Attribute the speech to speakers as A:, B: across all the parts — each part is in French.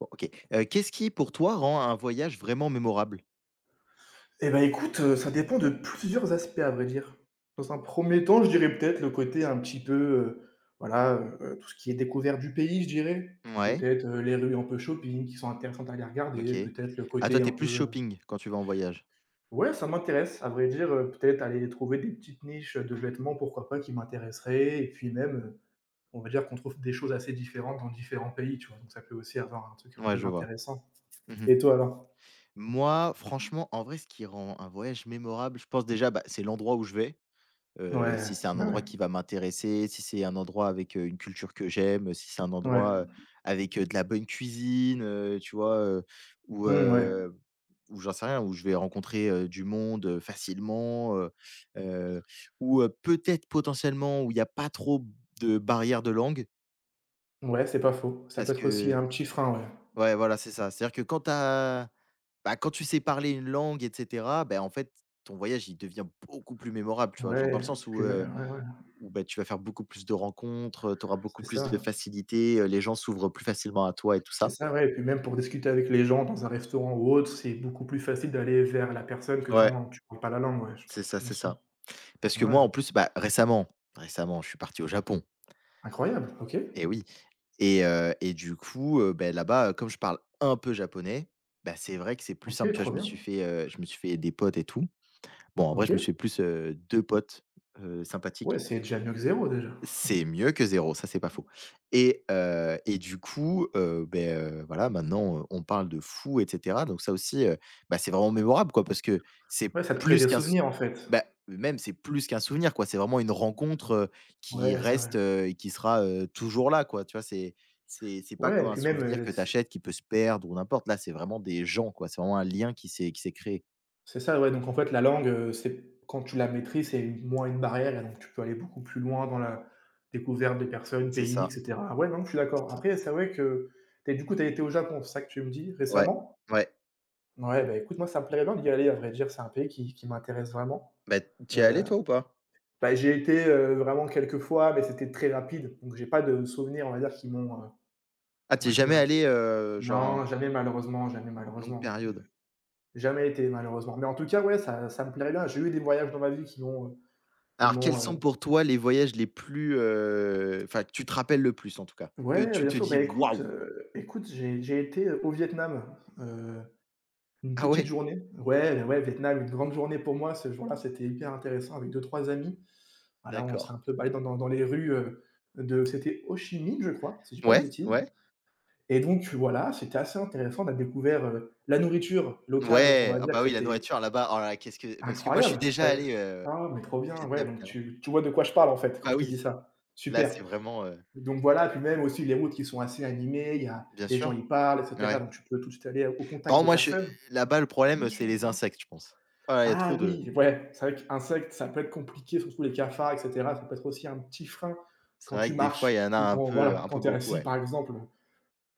A: Bon, OK. Qu'est-ce qui, pour toi, rend un voyage vraiment mémorable?
B: Eh ben écoute, ça dépend de plusieurs aspects à vrai dire. Dans un premier temps, je dirais peut-être le côté un petit peu, voilà, tout ce qui est découvert du pays, je dirais.
A: Ouais,
B: Peut-être, les rues un peu shopping qui sont intéressantes à aller regarder,
A: OK.
B: peut-être le
A: Ah,
B: côté
A: toi, t'es
B: un peu
A: plus shopping quand tu vas en voyage?
B: ouais, ça m'intéresse à vrai dire, peut-être aller trouver des petites niches, de vêtements, pourquoi pas, qui m'intéresseraient et puis même, on va dire qu'on trouve des choses assez différentes dans différents pays, tu vois? Donc ça peut aussi avoir un truc un
A: Ouais,
B: peu
A: je vois.
B: intéressant.
A: Mmh.
B: Et toi alors?
A: Moi, franchement, en vrai, ce qui rend un voyage mémorable, je pense déjà, bah, c'est l'endroit où je vais. Si
B: Ouais,
A: c'est un
B: ouais, ouais.
A: endroit qui va m'intéresser, si c'est un endroit avec, une culture que j'aime, si c'est un endroit,
B: Ouais.
A: avec, de la bonne cuisine, tu vois? Ou
B: Mmh, ouais.
A: Où j'en sais rien, où je vais rencontrer, du monde, facilement, heu, ou peut-être potentiellement où il y a pas trop de barrières de langue
B: Ouais, c'est pas faux. Ça peut
A: parce
B: être aussi
A: que
B: un petit frein, ouais.
A: ouais, voilà, c'est ça. C'est-à-dire que quand tu sais parler une langue et cetera, bah, en fait, ton voyage, il devient beaucoup plus mémorable, tu vois? Genre dans le
B: Ouais,
A: sens où,
B: puis mê ouais, ouais,
A: bah, tu vas faire beaucoup plus de rencontres, tu auras beaucoup
B: c'est
A: plus de
B: ça.
A: facilité, les gens s'ouvrent plus facilement à toi et tout
B: C'est
A: ça.
B: ça, ouais, et puis même pour discuter avec les gens dans un restaurant ou autre, c'est beaucoup plus facile d'aller vers la personne que
A: Ouais,
B: quand tu parles pas la langue, ouais, je
A: c'est ça,
B: bien
A: c'est
B: sûr.
A: ça. Parce que
B: Ouais,
A: moi, en plus, bah, récemment, je suis parti au Japon,
B: incroyable, OK.
A: et oui! Et du coup, là-bas, comme je parle un peu japonais, bah, c'est vrai que c'est plus simple,
B: OK,
A: tu vois?
B: trop bien.
A: Je me suis fait des potes et tout. Bon, en vrai,
B: OK.
A: je me suis fait plus, 2 potes,
B: Ouais,
A: sympathiques.
B: c'est déjà mieux que zéro déjà.
A: C'est mieux que zéro, ça, c'est pas faux et du coup, voilà, maintenant, on parle de fou et cetera donc ça aussi, bah, c'est vraiment mémorable, quoi, parce que c'est
B: Ouais, ça te crée
A: plus
B: des
A: qu'un
B: souvenirs en fait.
A: bah, même c'est plus qu'un souvenir quoi, c'est vraiment une rencontre, qui
B: Ouais, c'est vrai.
A: reste, et qui sera, toujours là quoi, tu vois? C'est pas
B: Ouais,
A: comme
B: et
A: un
B: puis même,
A: souvenir que tu achètes qui peut se perdre ou n'importe. Là, c'est vraiment des gens quoi, c'est vraiment un lien qui s'est créé.
B: c'est ça, ouais, donc en fait, la langue, c'est quand tu la maîtrises, c'est moins une barrière et donc tu peux aller beaucoup plus loin dans la découverte des personnes,
A: C'est
B: pays et
A: ça,
B: cetera. Ouais, non, je suis d'accord. Après, c'est vrai que tu as été au Japon, c'est ça que tu me dis,
A: ouais,
B: récemment?
A: ouais.
B: Ouais, bah, écoute, moi, ça me plairait bien d'y aller, à vrai dire, c'est un pays qui m'intéresse vraiment.
A: Bah, tu es allé
B: Heu,
A: toi ou pas?
B: Bah, j'y été, vraiment quelques fois, mais c'était très rapide, donc j'ai pas de souvenirs, on va dire, qui m'ont,
A: Ah,
B: on
A: tu es
B: va
A: jamais
B: dire
A: allé, genre
B: non,
A: en
B: jamais malheureusement, jamais
A: longue
B: malheureusement.
A: période?
B: Jamais été malheureusement, mais en tout cas, ouais, ça ça me plairait bien. J'ai eu des voyages dans ma vie Qui
A: Alors quels
B: m'ont,
A: sont
B: heu
A: pour toi les voyages les plus, enfin que tu te rappelles le plus en tout cas? Que
B: ouais,
A: tu
B: bien
A: te
B: sûr, bah,
A: dis:
B: écoute,
A: «Waouh!»
B: écoute, j'ai été, au Vietnam, une
A: Ah
B: petite
A: ouais?
B: journée. Ouais, ouais, Vietnam, une grande journée pour moi. Ce jour-là, c'était hyper intéressant avec deux trois amis. Voilà, on s'est
A: D'accord.
B: un peu baladé dans les rues, de c'était Ho Chi Minh, je crois, si je dis pas de
A: Ouais,
B: bêtises
A: ouais.
B: et donc voilà, c'était assez intéressant. On a découvert, la nourriture locale, donc on
A: Ouais,
B: va
A: ah
B: dire que
A: bah oui, la
B: c'était
A: nourriture là-bas, oh là là, qu'est-ce que parce que moi je suis
B: incroyable.
A: déjà
B: Ouais.
A: allé,
B: Ah, mais trop
A: au
B: bien, ouais,
A: Vietnam
B: donc
A: finalement.
B: tu vois de quoi je parle, en fait, quand
A: Bah
B: je te
A: oui,
B: dis ça.
A: là c'est
B: Super.
A: vraiment,
B: Donc voilà, puis même aussi les routes qui sont assez animées, il y a
A: bien
B: les gens
A: sûr,
B: y parlent et cetera,
A: ouais.
B: donc tu peux tout de suite aller au
A: Par
B: contact
A: contre
B: des
A: moi je
B: personnes.
A: Là-bas le
B: Bien
A: problème,
B: sûr,
A: c'est
B: je
A: les
B: vois.
A: insectes je pense. Oh là, il y a trop
B: Ah
A: de
B: oui, ouais, c'est vrai qu'insectes, ça peut être compliqué, surtout les cafards et cetera, ça peut être aussi un petit frein
A: C'est
B: quand
A: vrai
B: tu
A: que des fois il y
B: marches
A: en a
B: ou
A: un
B: quand
A: peu
B: voilà,
A: un
B: quand
A: peu
B: tu es
A: beaucoup,
B: assis
A: ouais.
B: par exemple,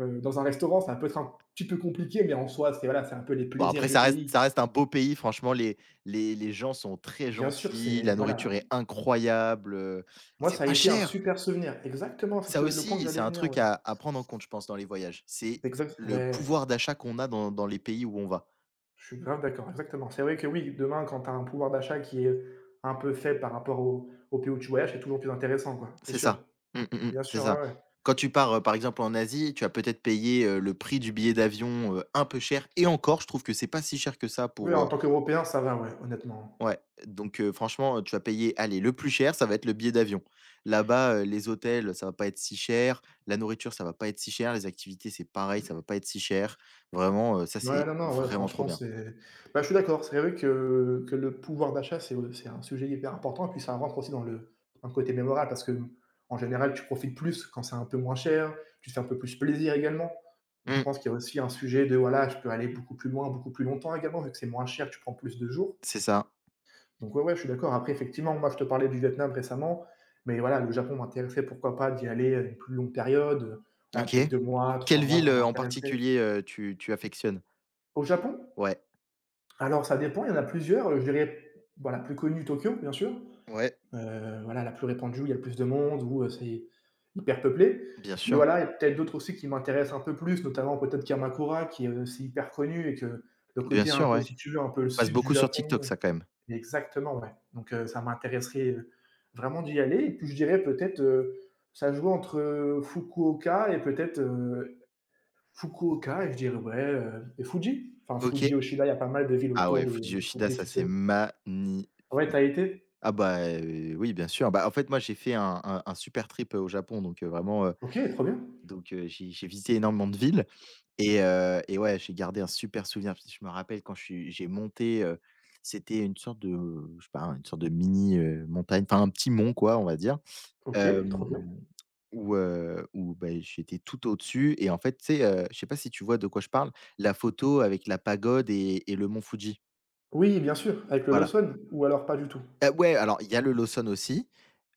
B: dans un restaurant, ça peut être un petit peu compliqué, mais en soi, c'est voilà, c'est un peu les
A: Bon
B: plaisirs
A: après
B: du
A: ça reste
B: pays.
A: ça reste un beau pays franchement, les gens sont très
B: Bien sûr,
A: gentils,
B: c'est
A: la
B: voilà,
A: nourriture est incroyable,
B: moi
A: c'est
B: ça a
A: pas
B: été un
A: cher.
B: super souvenir. Exactement, c'est ce
A: Ça
B: que le point que
A: aussi, c'est
B: j'allais
A: un
B: venir,
A: truc
B: ouais.
A: à prendre en compte je pense dans les voyages. C'est
B: Exact
A: le
B: ouais.
A: pouvoir d'achat qu'on a dans les pays où on va.
B: Je suis grave d'accord, exactement. C'est vrai que oui, demain, quand tu as un pouvoir d'achat qui est un peu faible par rapport au pays où tu voyages, c'est toujours plus intéressant, quoi, c'est
A: C'est
B: sûr.
A: ça. Mmh, mmh mh.
B: Bien
A: C'est
B: sûr,
A: ça.
B: ouais, ouais.
A: Quand tu pars, par exemple en Asie, tu vas peut-être payer, le prix du billet d'avion, un peu cher et encore, je trouve que c'est pas si cher que ça
B: Oui,
A: pour,
B: en tant qu'Européen, ça va, ouais, honnêtement.
A: ouais, donc franchement, tu vas payer, allez, le plus cher, ça va être le billet d'avion. Là-bas, les hôtels, ça va pas être si cher, la nourriture, ça va pas être si cher, les activités, c'est pareil, ça va pas être si cher. Vraiment, ça,
B: Ouais,
A: c'est
B: non, non, ouais,
A: vraiment trop
B: franchement,
A: bien.
B: c'est bah, je suis d'accord, c'est vrai que le pouvoir d'achat, c'est un sujet hyper important et puis ça rentre aussi dans le côté mémorable parce que en général, tu profites plus quand c'est un peu moins cher, tu te fais un peu plus plaisir également. Donc je
A: Mmh,
B: pense qu'il y a aussi un sujet de, voilà, je peux aller beaucoup plus loin, beaucoup plus longtemps également vu que c'est moins cher, tu prends plus de jours.
A: c'est ça.
B: Donc ouais, ouais, je suis d'accord. Après, effectivement, moi, je te parlais du Vietnam récemment, mais voilà, le Japon m'intéressait, pourquoi pas d'y aller, une plus longue période, voilà,
A: OK.
B: peut-être 2 mois, 3
A: Quelle
B: mois,
A: ville,
B: ça
A: en
B: m'intéresserait.
A: particulier, tu affectionnes?
B: Au Japon?
A: Ouais.
B: Alors ça dépend, il y en a plusieurs, je dirais, voilà la plus connue, Tokyo, bien sûr,
A: Ouais,
B: voilà, la plus répandue, où il y a le plus de monde, où, c'est hyper peuplé.
A: bien
B: Mais
A: sûr.
B: voilà, il y a peut-être d'autres aussi qui m'intéressent un peu plus, notamment peut-être Kamakura qui est aussi hyper connu et que le
A: Bien
B: côté un
A: sûr,
B: peu,
A: ouais.
B: si tu veux, un peu le
A: Passe
B: sud du
A: beaucoup sur TikTok,
B: Japon.
A: ça, quand même?
B: Exactement, ouais. Donc ça m'intéresserait, vraiment d'y aller et puis je dirais peut-être, ça joue entre, Fukuoka et peut-être, Fukuoka et je dirais ouais, et Fuji. Enfin
A: OK.
B: Fuji, Oshida. Il y a pas mal de villes
A: Ah
B: autour
A: ouais,
B: de
A: Fuji
B: du
A: Yoshida,
B: Fuji,
A: ça,
B: tu sais?
A: c'est magnifique.
B: Ouais, t'as été?
A: Ah bah, oui, bien sûr. Bah, en fait, moi, j'ai fait un super trip, au Japon,
B: OK, trop bien.
A: donc j'ai visité énormément de villes et ouais, j'ai gardé un super souvenir. Parce que je me rappelle, quand je suis j'ai monté, c'était une sorte de, je sais pas, une sorte de mini, montagne, enfin, un petit mont, quoi, on va dire.
B: OK,
A: Hem,
B: trop bien.
A: Où, beh, j'étais tout au-dessus et en fait, tu sais, je sais pas si tu vois de quoi je parle? La photo avec la pagode et le mont Fuji,
B: Oui, bien sûr, avec le
A: voilà.
B: Lawson ou alors pas du tout?
A: Ouais, alors il y a le Lawson aussi,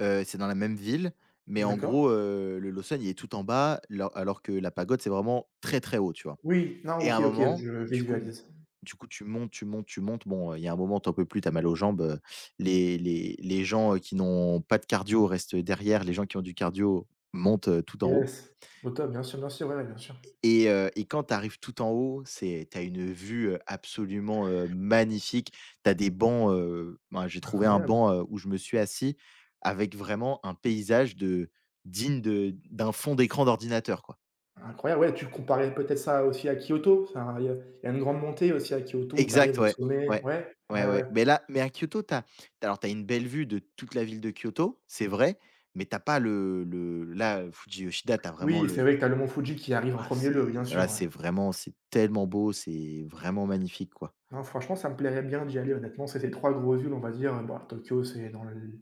A: c'est dans la même ville, mais en
B: D'accord.
A: gros, le Lawson, il est tout en bas, la alors que la pagode, c'est vraiment très, très haut, tu vois?
B: Oui, non,
A: Et à
B: OK,
A: un
B: OK,
A: moment,
B: je
A: du coup
B: visualise.
A: du coup, tu montes, tu montes, tu montes. Bon, il y a un moment, tu en peux plus, tu as mal aux jambes, les gens, qui n'ont pas de cardio restent derrière, les gens qui ont du cardio montent, tout en haut.
B: Yes. Au top, bien sûr, ouais, ouais, bien sûr.
A: Et quand tu arrives tout en haut, c'est tu as une vue, absolument, magnifique. Tu as des bancs, ben, j'ai trouvé un
B: Incroyable.
A: banc, où je me suis assis avec vraiment un paysage de digne de d'un fond d'écran d'ordinateur, quoi.
B: Incroyable, ouais, tu comparais peut-être ça aussi à Kyoto? Enfin, il y a une grande montée aussi à Kyoto où tu
A: Exact,
B: arrives au
A: ouais.
B: sommet.
A: Ouais.
B: Ouais,
A: Ouais,
B: ouais, ouais.
A: ouais. Mais à Kyoto, t'as, as alors t'as une belle vue de toute la ville de Kyoto, c'est vrai, mais t'as pas le le là, Fuji Yoshida, tu vraiment
B: Oui, c'est
A: le
B: vrai que tu as le mont Fuji qui arrive en
A: ah
B: premier lieu,
A: c'est
B: bien
A: là,
B: sûr, ouais.
A: c'est tellement beau, c'est vraiment magnifique, quoi.
B: Non, franchement, ça me plairait bien d'y aller, honnêtement. C'est ces 3 grosses villes, on va dire, bah, Tokyo, c'est dans l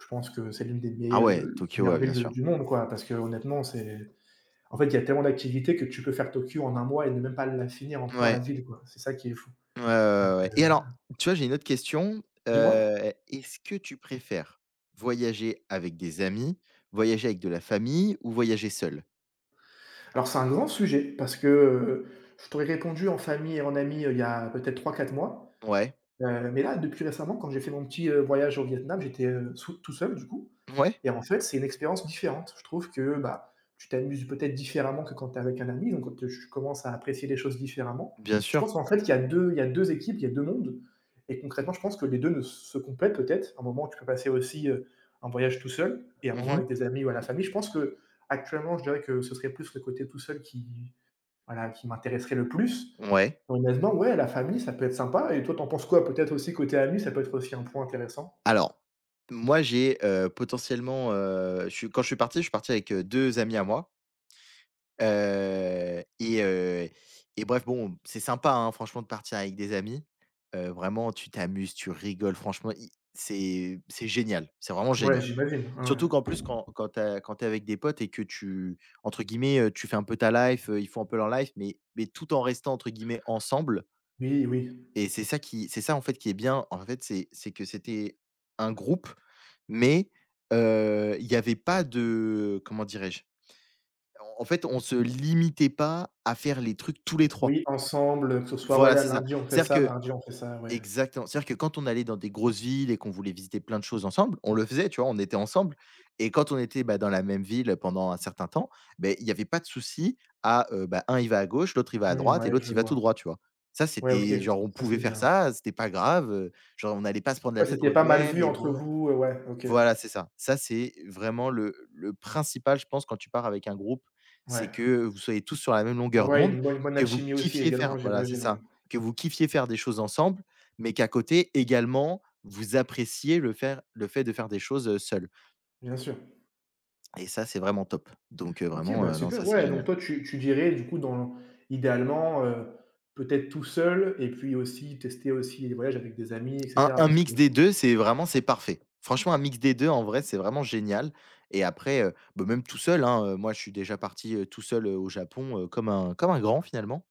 B: je pense que c'est l'une des
A: Ah
B: meilleures
A: ouais,
B: le
A: Tokyo,
B: meilleures
A: ouais,
B: villes
A: bien
B: de
A: sûr.
B: du monde, quoi, parce que honnêtement, c'est en fait, il y a tellement d'activités que tu peux faire Tokyo en un mois et ne même pas la finir encore la
A: Ouais,
B: ville, quoi. C'est ça qui est fou.
A: ouais, ouais,
B: Donc,
A: ouais, ouais, et alors, tu vois, j'ai une autre question,
B: dis-moi?
A: heu, est-ce que tu préfères voyager avec des amis, voyager avec de la famille ou voyager seul?
B: Alors c'est un grand sujet parce que, je t'aurais répondu en famille et en ami il y a peut-être 3 ou 4 mois,
A: Ouais,
B: mais là, depuis récemment, quand j'ai fait mon petit, voyage au Vietnam, j'étais, sou tout seul du coup
A: ouais,
B: et en fait, c'est une expérience différente. Je trouve que, bah, tu t'amuses peut-être différemment que quand tu es avec un ami, donc quand tu je commence à apprécier les choses différemment.
A: bien
B: Je pense
A: sûr.
B: qu'en fait, qu'il y a 2, il y a 2 équipes, il y a 2 mondes et concrètement, je pense que les 2 ne se complètent peut-être. Un moment où tu peux passer aussi, un voyage tout seul et un moment
A: Mmh.
B: avec des amis ou à la famille. Je pense que actuellement, je dirais que ce serait plus le côté tout seul qui voilà, qui m'intéresserait le plus.
A: Ouais.
B: Honnêtement, ouais, la famille, ça peut être sympa. Et toi, t'en penses quoi? Peut-être aussi côté amis, ça peut être aussi un point intéressant?
A: Alors, moi, j'ai, potentiellement, je suis quand je suis parti avec, 2 amis à moi, heu et heu et bref, bon, c'est sympa, hein, franchement de partir avec des amis, vraiment tu t'amuses, tu rigoles, franchement, i c'est génial, c'est vraiment
B: Ouais,
A: génial.
B: j'imagine. Ouais,
A: Surtout qu'en
B: ouais.
A: plus, quand tu es avec des potes et que tu entre guillemets, tu fais un peu ta life, ils font un peu leur life, mais tout en restant entre guillemets «ensemble»,
B: Oui, oui.
A: et c'est ça en fait qui est bien. En fait, c'était un groupe, mais il y avait pas de, comment dirais-je? En fait, on se limitait pas à faire les trucs tous les trois.
B: Oui, ensemble, que ce soit,
A: Voilà,
B: voilà,
A: c'est ça.
B: lundi on fait
A: C'est-à-dire
B: ça,
A: que
B: mardi on fait ça, ouais.
A: Exactement. C'est-à-dire que quand on allait dans des grosses villes et qu'on voulait visiter plein de choses ensemble, on le faisait, tu vois? On était ensemble, et quand on était, bah, dans la même ville pendant un certain temps, ben il y avait pas de souci à, bah, un il va à gauche, l'autre il va à
B: Mmh,
A: droite et
B: ouais,
A: l'autre
B: je
A: il va tout
B: vois.
A: droit, tu vois? Ça,
B: Ouais, OK,
A: c'était genre on
B: ça
A: pouvait
B: c'est
A: faire
B: bien.
A: ça, c'était pas grave, genre on n'allait pas se prendre la
B: Ouais,
A: tête en
B: c'était
A: mode:
B: pas mal
A: «Ouais,
B: vu
A: mais
B: entre
A: bon».
B: vous, ouais, OK.
A: Voilà, c'est ça. Ça, c'est vraiment le principal, je pense, quand tu pars avec un groupe, c'est
B: Ouais.
A: que vous soyez tous sur la même
B: Ah
A: longueur
B: ouais,
A: d'onde,
B: une bonne
A: que vous
B: alchimie aussi
A: kiffiez
B: également,
A: faire voilà, c'est
B: j'imagine, ouais.
A: ça, que vous kiffiez faire des choses ensemble, mais qu'à côté, également, vous appréciez le fait de faire des choses, seuls,
B: Bien sûr.
A: et ça, c'est vraiment top. Donc
B: OK,
A: vraiment,
B: bah,
A: non, ça,
B: super,
A: c'est
B: ouais, donc
A: génial.
B: toi tu dirais du coup dans idéalement, peut-être tout seul et puis aussi tester aussi les voyages avec des amis et
A: Un
B: cetera
A: un
B: parce que
A: mix des deux, c'est vraiment c'est parfait. Franchement, un mix des 2, en vrai, c'est vraiment génial. Et après, bah, même tout seul, hein, moi, je suis déjà parti, tout seul, au Japon, comme un grand, finalement.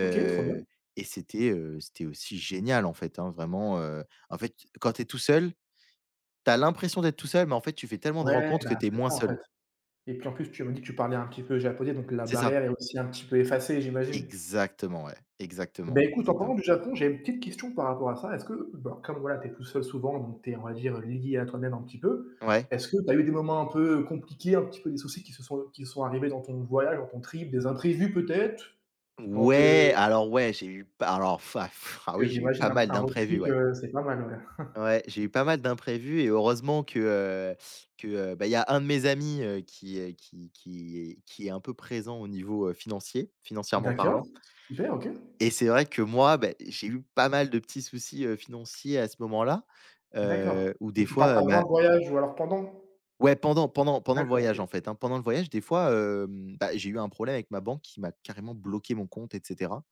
B: OK, trop bien.
A: et c'était, c'était aussi génial, en fait, hein, vraiment, en fait, quand tu es tout seul, tu as l'impression d'être tout seul, mais en fait, tu fais tellement de
B: Ouais,
A: rencontres que
B: bah,
A: tu es
B: c'est
A: moins
B: ça en fait
A: seul.
B: et puis en plus tu m'as dit que tu parlais un petit peu japonais donc la
A: C'est ça.
B: barrière est aussi un petit peu effacée, j'imagine?
A: Exactement, ouais.
B: Eh
A: Exactement,
B: Ben écoute, en parlant
A: exactement.
B: du Japon, j'ai une petite question par rapport à ça. Est-ce que, bah, comme voilà, tu es tout seul souvent, donc tu es, on va dire, lié à toi-même un petit peu,
A: Ouais.
B: est-ce que tu as eu des moments un peu compliqués, un petit peu des soucis qui sont arrivés dans ton voyage, dans ton trip, des imprévus peut-être? Dans
A: Ouais,
B: te
A: alors ouais, j'ai eu pas alors fa ah
B: que
A: oui, j'ai eu
B: j'imagine
A: pas
B: un
A: mal
B: un road
A: d'imprévus,
B: trip,
A: ouais.
B: c'est pas mal, ouais.
A: Ouais, j'ai eu pas mal d'imprévus et heureusement que, bah, il y a un de mes amis, qui est un peu présent au niveau, financier, financièrement
B: D'accord,
A: parlant.
B: super, OK.
A: Et c'est vrai que moi, beh, j'ai eu pas mal de petits soucis, financiers à ce moment-là,
B: D'accord.
A: où
B: Donc
A: des
B: tu parles
A: fois,
B: avant
A: ma
B: le voyage ou alors pendant?
A: ouais, pendant le
B: D'accord, OK.
A: voyage, en fait, hein. Pendant le voyage, des fois, bah, j'ai eu un problème avec ma banque qui m'a carrément bloqué mon compte et cetera,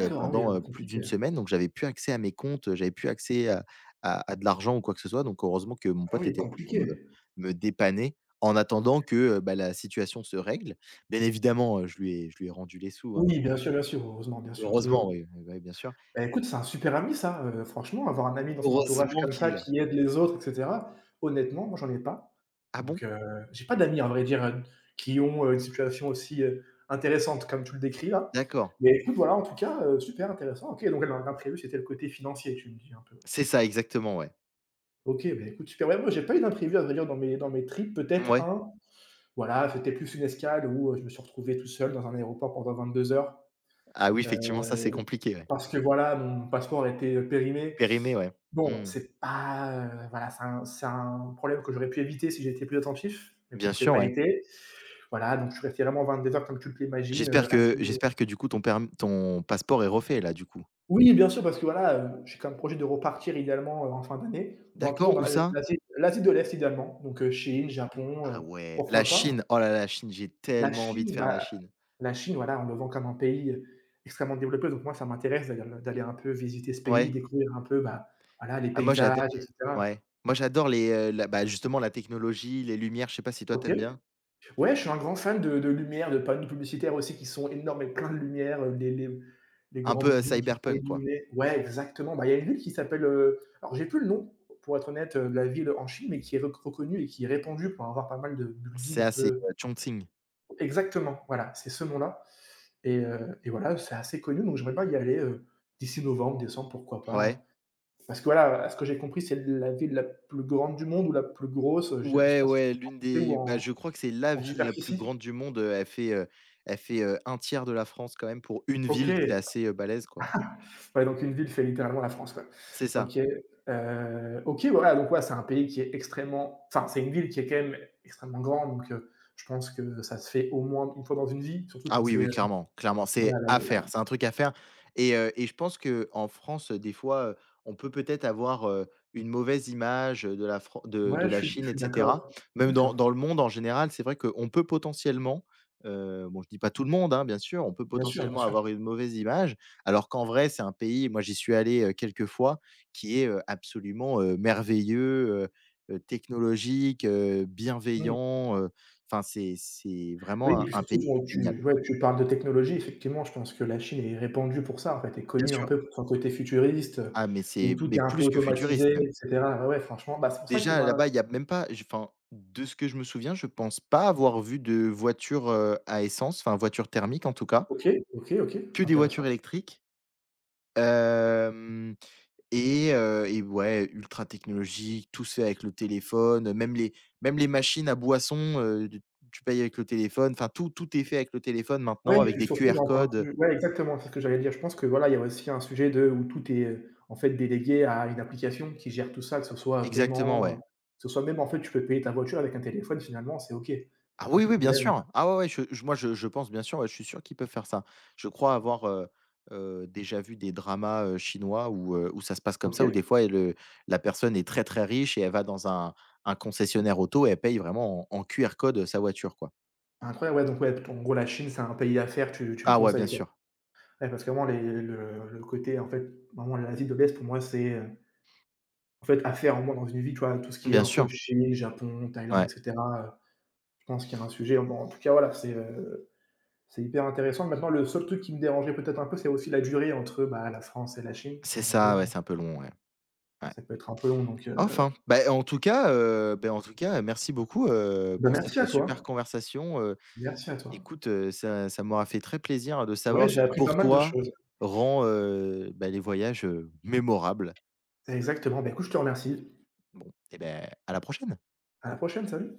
B: ah oui,
A: pendant, plus
B: compliqué.
A: d'une semaine, donc j'avais plus accès à mes comptes, j'avais plus accès à de l'argent ou quoi que ce soit, donc heureusement que mon
B: Ah
A: pote
B: oui,
A: était là pour me
B: compliqué.
A: me dépanner en attendant que, bah, la situation se règle. Bien évidemment, je lui ai rendu les sous, hein.
B: Oui, bien sûr, heureusement, bien sûr,
A: Heureusement,
B: toujours.
A: oui, oui, bah, oui, bien sûr.
B: Bah, écoute, c'est un super ami ça, franchement, avoir un ami dans son entourage
A: Heureusement
B: comme
A: qu'il
B: ça
A: est là.
B: qui aide les autres et cetera. Honnêtement, moi, j'en ai pas.
A: Ah bon?
B: Donc j'ai pas d'amis à vrai dire, qui ont, une situation aussi, intéressante comme tu le décris là.
A: D'accord.
B: Mais écoute, voilà, en tout cas, super intéressant. OK, donc l'imprévu, c'était le côté financier, tu me dis un peu,
A: C'est
B: c'est
A: ça,
B: ça?
A: exactement, ouais.
B: OK, bah, écoute, super. Ouais, moi, j'ai pas eu d'imprévu à vrai dire dans mes trips, peut-être
A: Ouais.
B: un, voilà, c'était plus une escale où, je me suis retrouvé tout seul dans un aéroport pendant 22 heures,
A: Ah oui,
B: heu,
A: effectivement, ça, c'est compliqué, ouais.
B: parce que voilà, mon passeport était, périmé.
A: Périmé, ouais.
B: Bon,
A: Mmh.
B: c'est pas, voilà, c'est un problème que j'aurais pu éviter si j'étais plus attentif, mais bon,
A: Bien
B: je l'ai
A: sûr,
B: pas
A: ouais.
B: été. Voilà, donc je suis resté vraiment 22 heures comme tu l'imagines, assis,
A: J'espère que du coup ton passeport est refait là, du coup?
B: oui, bien sûr, parce que voilà, j'ai comme projet de repartir idéalement, en fin d'année, dans toujours
A: D'accord,
B: dans
A: où
B: l'Asie
A: ça?
B: l'Asie l'Asie de l'Est idéalement, donc Chine, Japon,
A: Ah ouais, la
B: pourquoi pas.
A: Chine. Oh là là, la Chine, j'ai
B: La
A: tellement envie de
B: Chine,
A: faire la
B: bah,
A: Chine.
B: la Chine, voilà, on le vend comme un pays, extrêmement développé, donc moi ça m'intéresse d'aller un peu visiter ce pays,
A: Ouais.
B: découvrir un peu, bah, voilà, les
A: Ah moi j'ado
B: paysages et cetera.
A: Ouais. Moi j'adore justement la technologie, les lumières, je sais pas si toi tu
B: OK.
A: aimes bien?
B: Ouais, je suis un grand fan de lumière, de panneaux publicitaires aussi qui sont énormes et plein de lumière, les
A: Un
B: grands
A: peu,
B: buildings qui sont
A: cyberpunk, quoi.
B: illuminés. Ouais, exactement. Bah, il y a une ville qui s'appelle, alors j'ai plus le nom, pour être honnête, de la ville en Chine, mais qui est reconnue et qui est répandue pour avoir pas mal de buildings un
A: C'est,
B: peu
A: Chongqing.
B: exactement, voilà, c'est ce nom-là et voilà, c'est assez connu, donc j'aimerais bien y aller, d'ici novembre, décembre, pourquoi pas?
A: Ouais.
B: Parce que voilà, à ce que j'ai compris, c'est la ville la plus grande du monde ou la plus grosse, je sais
A: Ouais,
B: pas si c'est
A: ouais,
B: en quantité ou
A: je crois que c'est la
B: en
A: ville la plus
B: superficie?
A: grande du monde, elle fait, 1/3 de la France quand même pour une
B: OK.
A: ville, c'est assez, balèze, quoi.
B: Ouais, donc une ville fait littéralement la France, quoi.
A: C'est ça.
B: OK, OK, voilà, donc ouais, c'est un pays qui est extrêmement enfin, c'est une ville qui est quand même extrêmement grande, donc je pense que ça se fait au moins une fois dans une vie, surtout
A: Ah
B: quand
A: oui,
B: c'est,
A: oui, clairement, clairement,
B: voilà,
A: c'est à faire, c'est un truc à faire, et je pense que en France, des fois, on peut peut-être avoir, une mauvaise image de la Fran de
B: ouais, je
A: la
B: suis je
A: Chine et
B: suis
A: cetera.
B: d'accord,
A: Même dans
B: d'accord.
A: dans le monde en général, c'est vrai qu'on peut potentiellement, bon, je dis pas tout le monde, hein, bien sûr, on peut
B: Bien sûr, bien
A: potentiellement
B: sûr.
A: avoir une mauvaise image, alors qu'en vrai, c'est un pays, moi j'y suis allé, quelques fois, qui est, absolument, merveilleux, technologique,
B: Mmh.
A: bienveillant, enfin c'est
B: Oui
A: vraiment
B: et
A: un
B: puis
A: un
B: surtout,
A: pays
B: bon,
A: génial.
B: tu ouais, tu parles de technologie, effectivement, je pense que la Chine est répandue pour ça, en fait, est
A: Bien
B: connue un
A: sûr.
B: peu pour son côté futuriste,
A: Ah mais
B: où
A: c'est
B: tout
A: mais
B: est un peu
A: plus que futuriste
B: automatisé
A: même.
B: et cetera. Ouais, ouais, franchement, bah, c'est pour ça qu'il
A: Déjà
B: m'a
A: là-bas, il y a même pas, j enfin, de ce que je me souviens, je pense pas avoir vu de voiture, à essence, enfin voiture thermique en tout cas,
B: OK, OK, OK,
A: que des voitures
B: intéressant.
A: électriques. Hem Et ouais, ultra technologique, tout se fait avec le téléphone, même les machines à boissons, d tu payes avec le téléphone, enfin tout est fait avec le téléphone
B: Oui,
A: maintenant avec
B: et
A: des
B: surtout j'ai
A: QR codes,
B: entendu ouais exactement, c'est ce que j'allais dire. Je pense que voilà, il y a aussi un sujet de où tout est, en fait délégué à une application qui gère tout ça, que ce soit,
A: exactement,
B: paiement,
A: ouais.
B: que ce soit même en fait tu peux payer ta voiture avec un téléphone finalement, c'est OK. Il y
A: Ah
B: a pas
A: oui,
B: de
A: oui, bien
B: problème.
A: sûr. Ah ouais, ouais, je moi, je pense, bien sûr, ouais, je suis sûr qu'ils peuvent faire ça. Je crois avoir, déjà vu des dramas, chinois où, ça se passe comme ça, où
B: OK.
A: des fois, et le la personne est très, très riche et elle va dans un concessionnaire auto et elle paye vraiment en QR code, sa voiture, quoi.
B: Incroyable, ouais donc ouais, en gros la Chine c'est un pays d'affaires, tu me
A: Ah ouais, bien
B: conseilles quoi?
A: sûr,
B: Ouais parce que vraiment les le côté en fait vraiment l'Asie de l'Est pour moi c'est, en fait affaires au moins dans une vie, tu vois? Tout ce qui est
A: bien
B: un peu
A: sûr.
B: Chine, Japon, Thaïlande et
A: Ouais,
B: cetera, je pense qu'il y a un sujet, bon en tout cas voilà c'est hyper intéressant. Maintenant, le seul truc qui me dérangeait peut-être un peu, c'est aussi la durée entre, bah, la France et la Chine
A: c'est
B: en
A: ça, ouais,
B: avion,
A: c'est un peu long, ouais, ouais.
B: ça peut être un peu long donc
A: Enfin, bah, en tout cas, en tout cas, merci beaucoup,
B: bah,
A: pour
B: merci
A: cette
B: à
A: super
B: toi,
A: conversation.
B: merci à toi.
A: Écoute, ça m'aura fait très plaisir hein, de
B: Ouais,
A: savoir ce
B: j'ai
A: qui
B: appris pas
A: pour
B: mal de
A: toi
B: choses.
A: rend, bah, les voyages, mémorables.
B: Exactement, bah, écoute, je te remercie.
A: Bon et ben, à la prochaine.
B: À la prochaine, salut.